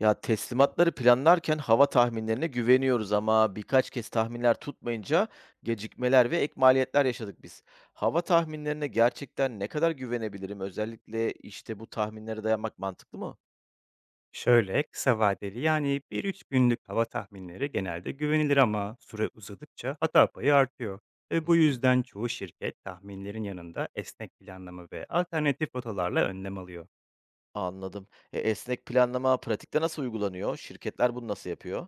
Ya, teslimatları planlarken hava tahminlerine güveniyoruz ama birkaç kez tahminler tutmayınca gecikmeler ve ek maliyetler yaşadık biz. Hava tahminlerine gerçekten ne kadar güvenebilirim? Özellikle işte bu tahminlere dayanmak mantıklı mı? Şöyle kısa vadeli yani bir 3 günlük hava tahminleri genelde güvenilir ama süre uzadıkça hata payı artıyor. Ve Hı bu hı. yüzden çoğu şirket tahminlerin yanında esnek planlama ve alternatif rotalarla önlem alıyor. Anladım. Esnek planlama pratikte nasıl uygulanıyor? Şirketler bunu nasıl yapıyor?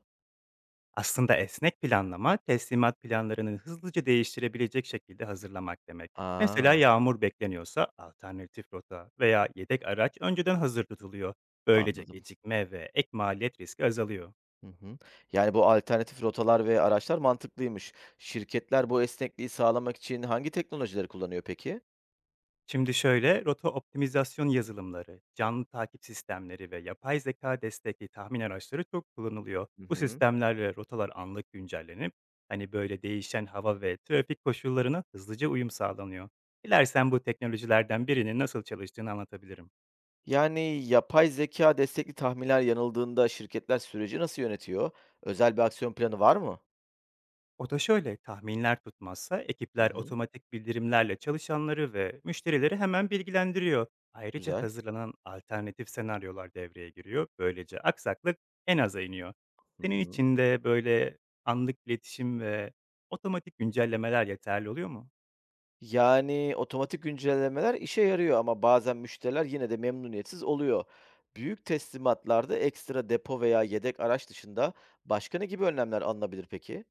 Aslında esnek planlama teslimat planlarını hızlıca değiştirebilecek şekilde hazırlamak demek. Mesela Aa, yağmur bekleniyorsa alternatif rota veya yedek araç önceden hazır tutuluyor. Böylece anladım. gecikme ve ek maliyet riski azalıyor. Hı hı. Yani bu alternatif rotalar ve araçlar mantıklıymış. Şirketler bu esnekliği sağlamak için hangi teknolojileri kullanıyor peki? Şimdi şöyle, rota optimizasyon yazılımları, canlı takip sistemleri ve yapay zeka destekli tahmin araçları çok kullanılıyor. Hı Bu hı. sistemler ve rotalar anlık güncellenip, hani böyle değişen hava ve trafik koşullarına hızlıca uyum sağlanıyor. Dilersen bu teknolojilerden birinin nasıl çalıştığını anlatabilirim. Yani, yapay zeka destekli tahminler yanıldığında şirketler süreci nasıl yönetiyor? Özel bir aksiyon planı var mı? O da şöyle, tahminler tutmazsa Hı ekipler hı. otomatik bildirimlerle çalışanları ve müşterileri hemen bilgilendiriyor. Ayrıca Güzel. hazırlanan alternatif senaryolar devreye giriyor. Böylece aksaklık en aza iniyor. Hı Senin hı. için de böyle anlık iletişim ve otomatik güncellemeler yeterli oluyor mu? Yani, otomatik güncellemeler işe yarıyor ama bazen müşteriler yine de memnuniyetsiz oluyor. Büyük teslimatlarda ekstra depo veya yedek araç dışında başka ne gibi önlemler alınabilir peki?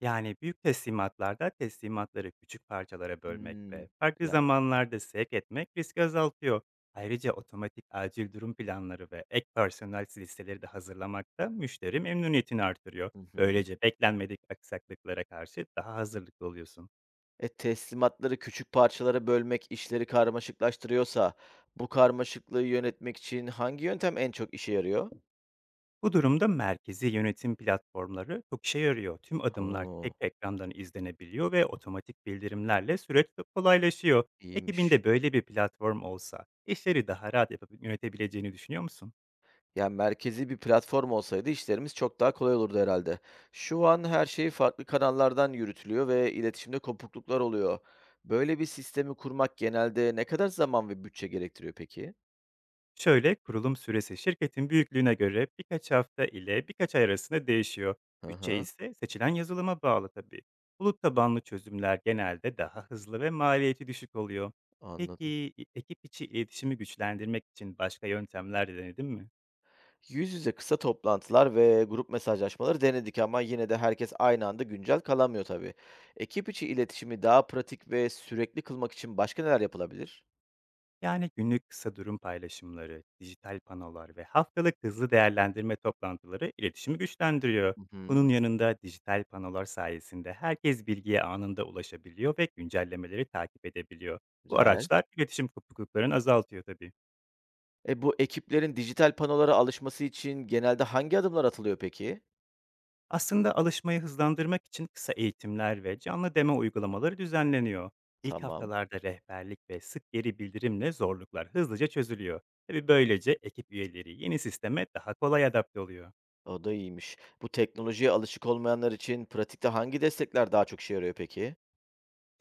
Yani büyük teslimatlarda teslimatları küçük parçalara bölmek ve Hımm. farklı Güzel. zamanlarda sevk etmek riski azaltıyor. Ayrıca otomatik acil durum planları ve ek personel listeleri de hazırlamak da müşteri memnuniyetini artırıyor. Hı hı. Böylece beklenmedik aksaklıklara karşı daha hazırlıklı oluyorsun. Teslimatları küçük parçalara bölmek işleri karmaşıklaştırıyorsa bu karmaşıklığı yönetmek için hangi yöntem en çok işe yarıyor? Bu durumda merkezi yönetim platformları çok işe yarıyor. Tüm adımlar tek O! ekrandan izlenebiliyor ve otomatik bildirimlerle süreç de kolaylaşıyor. İyiymiş. Ekibinde böyle bir platform olsa işleri daha rahat yapıp yönetebileceğini düşünüyor musun? Ya, merkezi bir platform olsaydı işlerimiz çok daha kolay olurdu herhalde. Şu an her şey farklı kanallardan yürütülüyor ve iletişimde kopukluklar oluyor. Böyle bir sistemi kurmak genelde ne kadar zaman ve bütçe gerektiriyor peki? Şöyle kurulum süresi şirketin büyüklüğüne göre birkaç hafta ile birkaç ay arasında değişiyor. Hı Bütçe hı, ise seçilen yazılıma bağlı tabii. Bulut tabanlı çözümler genelde daha hızlı ve maliyeti düşük oluyor. anladım. Peki ekip içi iletişimi güçlendirmek için başka yöntemler de denedin mi? Yüz yüze kısa toplantılar ve grup mesajlaşmaları denedik ama yine de herkes aynı anda güncel kalamıyor tabii. Ekip içi iletişimi daha pratik ve sürekli kılmak için başka neler yapılabilir? Yani günlük kısa durum paylaşımları, dijital panolar ve haftalık hızlı değerlendirme toplantıları iletişimi güçlendiriyor. Hı Bunun hı, yanında dijital panolar sayesinde herkes bilgiye anında ulaşabiliyor ve güncellemeleri takip edebiliyor. Bu güzel. araçlar iletişim kopukluklarını azaltıyor tabii. Bu ekiplerin dijital panolara alışması için genelde hangi adımlar atılıyor peki? Aslında alışmayı hızlandırmak için kısa eğitimler ve canlı deme uygulamaları düzenleniyor. İlk Tamam, haftalarda rehberlik ve sık geri bildirimle zorluklar hızlıca çözülüyor. Tabii böylece ekip üyeleri yeni sisteme daha kolay adapte oluyor. o da iyiymiş. Bu teknolojiye alışık olmayanlar için pratikte hangi destekler daha çok işe yarıyor peki?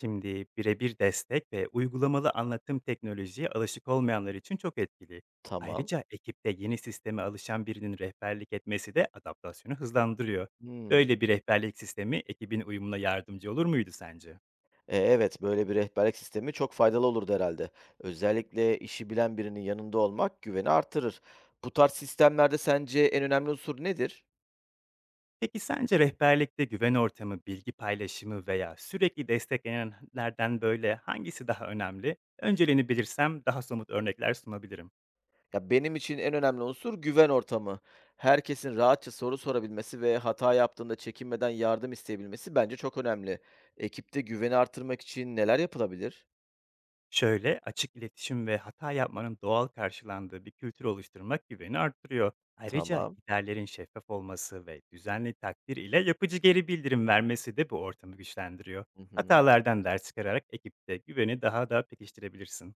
Şimdi birebir destek ve uygulamalı anlatım teknolojiye alışık olmayanlar için çok etkili. Tamam. Ayrıca ekipte yeni sisteme alışan birinin rehberlik etmesi de adaptasyonu hızlandırıyor. Hmm. Böyle bir rehberlik sistemi ekibin uyumuna yardımcı olur muydu sence? Evet, böyle bir rehberlik sistemi çok faydalı olurdu herhalde. Özellikle işi bilen birinin yanında olmak güveni artırır. Bu tarz sistemlerde sence en önemli unsur nedir? Peki sence rehberlikte güven ortamı, bilgi paylaşımı veya sürekli desteklenenlerden böyle hangisi daha önemli? Önceliğini bilirsem daha somut örnekler sunabilirim. Ya, benim için en önemli unsur güven ortamı. Herkesin rahatça soru sorabilmesi ve hata yaptığında çekinmeden yardım isteyebilmesi bence çok önemli. Ekipte güveni artırmak için neler yapılabilir? Şöyle, açık iletişim ve hata yapmanın doğal karşılandığı bir kültür oluşturmak güveni arttırıyor. Ayrıca Tamam. liderlerin şeffaf olması ve düzenli takdir ile yapıcı geri bildirim vermesi de bu ortamı güçlendiriyor. Hı hı. Hatalardan ders çıkararak ekipte güveni daha da pekiştirebilirsin.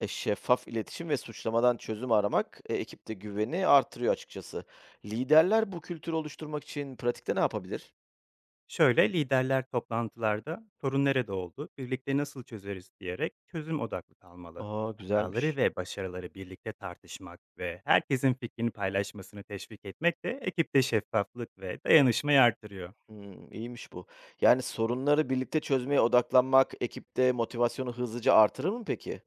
Şeffaf iletişim ve suçlamadan çözüm aramak, ekipte güveni artırıyor açıkçası. Liderler bu kültürü oluşturmak için pratikte ne yapabilir? Şöyle liderler toplantılarda sorun nerede oldu, birlikte nasıl çözeriz diyerek çözüm odaklı kalmalı. Aa, Hataları güzelmiş. ve başarıları birlikte tartışmak ve herkesin fikrini paylaşmasını teşvik etmek de ekipte şeffaflık ve dayanışmayı artırıyor. Hımm, iyiymiş bu. Yani sorunları birlikte çözmeye odaklanmak ekipte motivasyonu hızlıca artırır mı peki?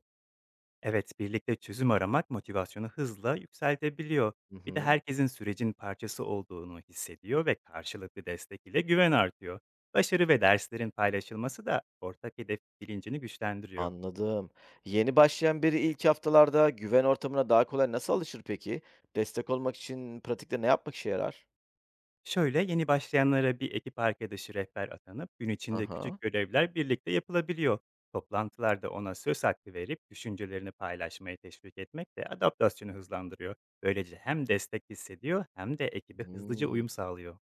Evet, birlikte çözüm aramak motivasyonu hızla yükseltebiliyor. Hı Bir de hı. herkesin sürecin parçası olduğunu hissediyor ve karşılıklı destek ile güven artıyor. Başarı ve derslerin paylaşılması da ortak hedef bilincini güçlendiriyor. Anladım. Yeni başlayan biri ilk haftalarda güven ortamına daha kolay nasıl alışır peki? Destek olmak için pratikte ne yapmak işe yarar? Şöyle yeni başlayanlara bir ekip arkadaşı rehber atanıp gün içinde Aha. küçük görevler birlikte yapılabiliyor. Toplantılarda ona söz hakkı verip düşüncelerini paylaşmayı teşvik etmek de adaptasyonu hızlandırıyor. Böylece hem destek hissediyor hem de ekibe hızlıca Hmm, uyum sağlıyor.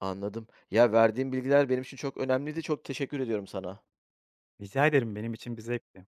anladım. Ya, verdiğin bilgiler benim için çok önemliydi. Çok teşekkür ediyorum sana. Rica ederim benim için bir zevkti.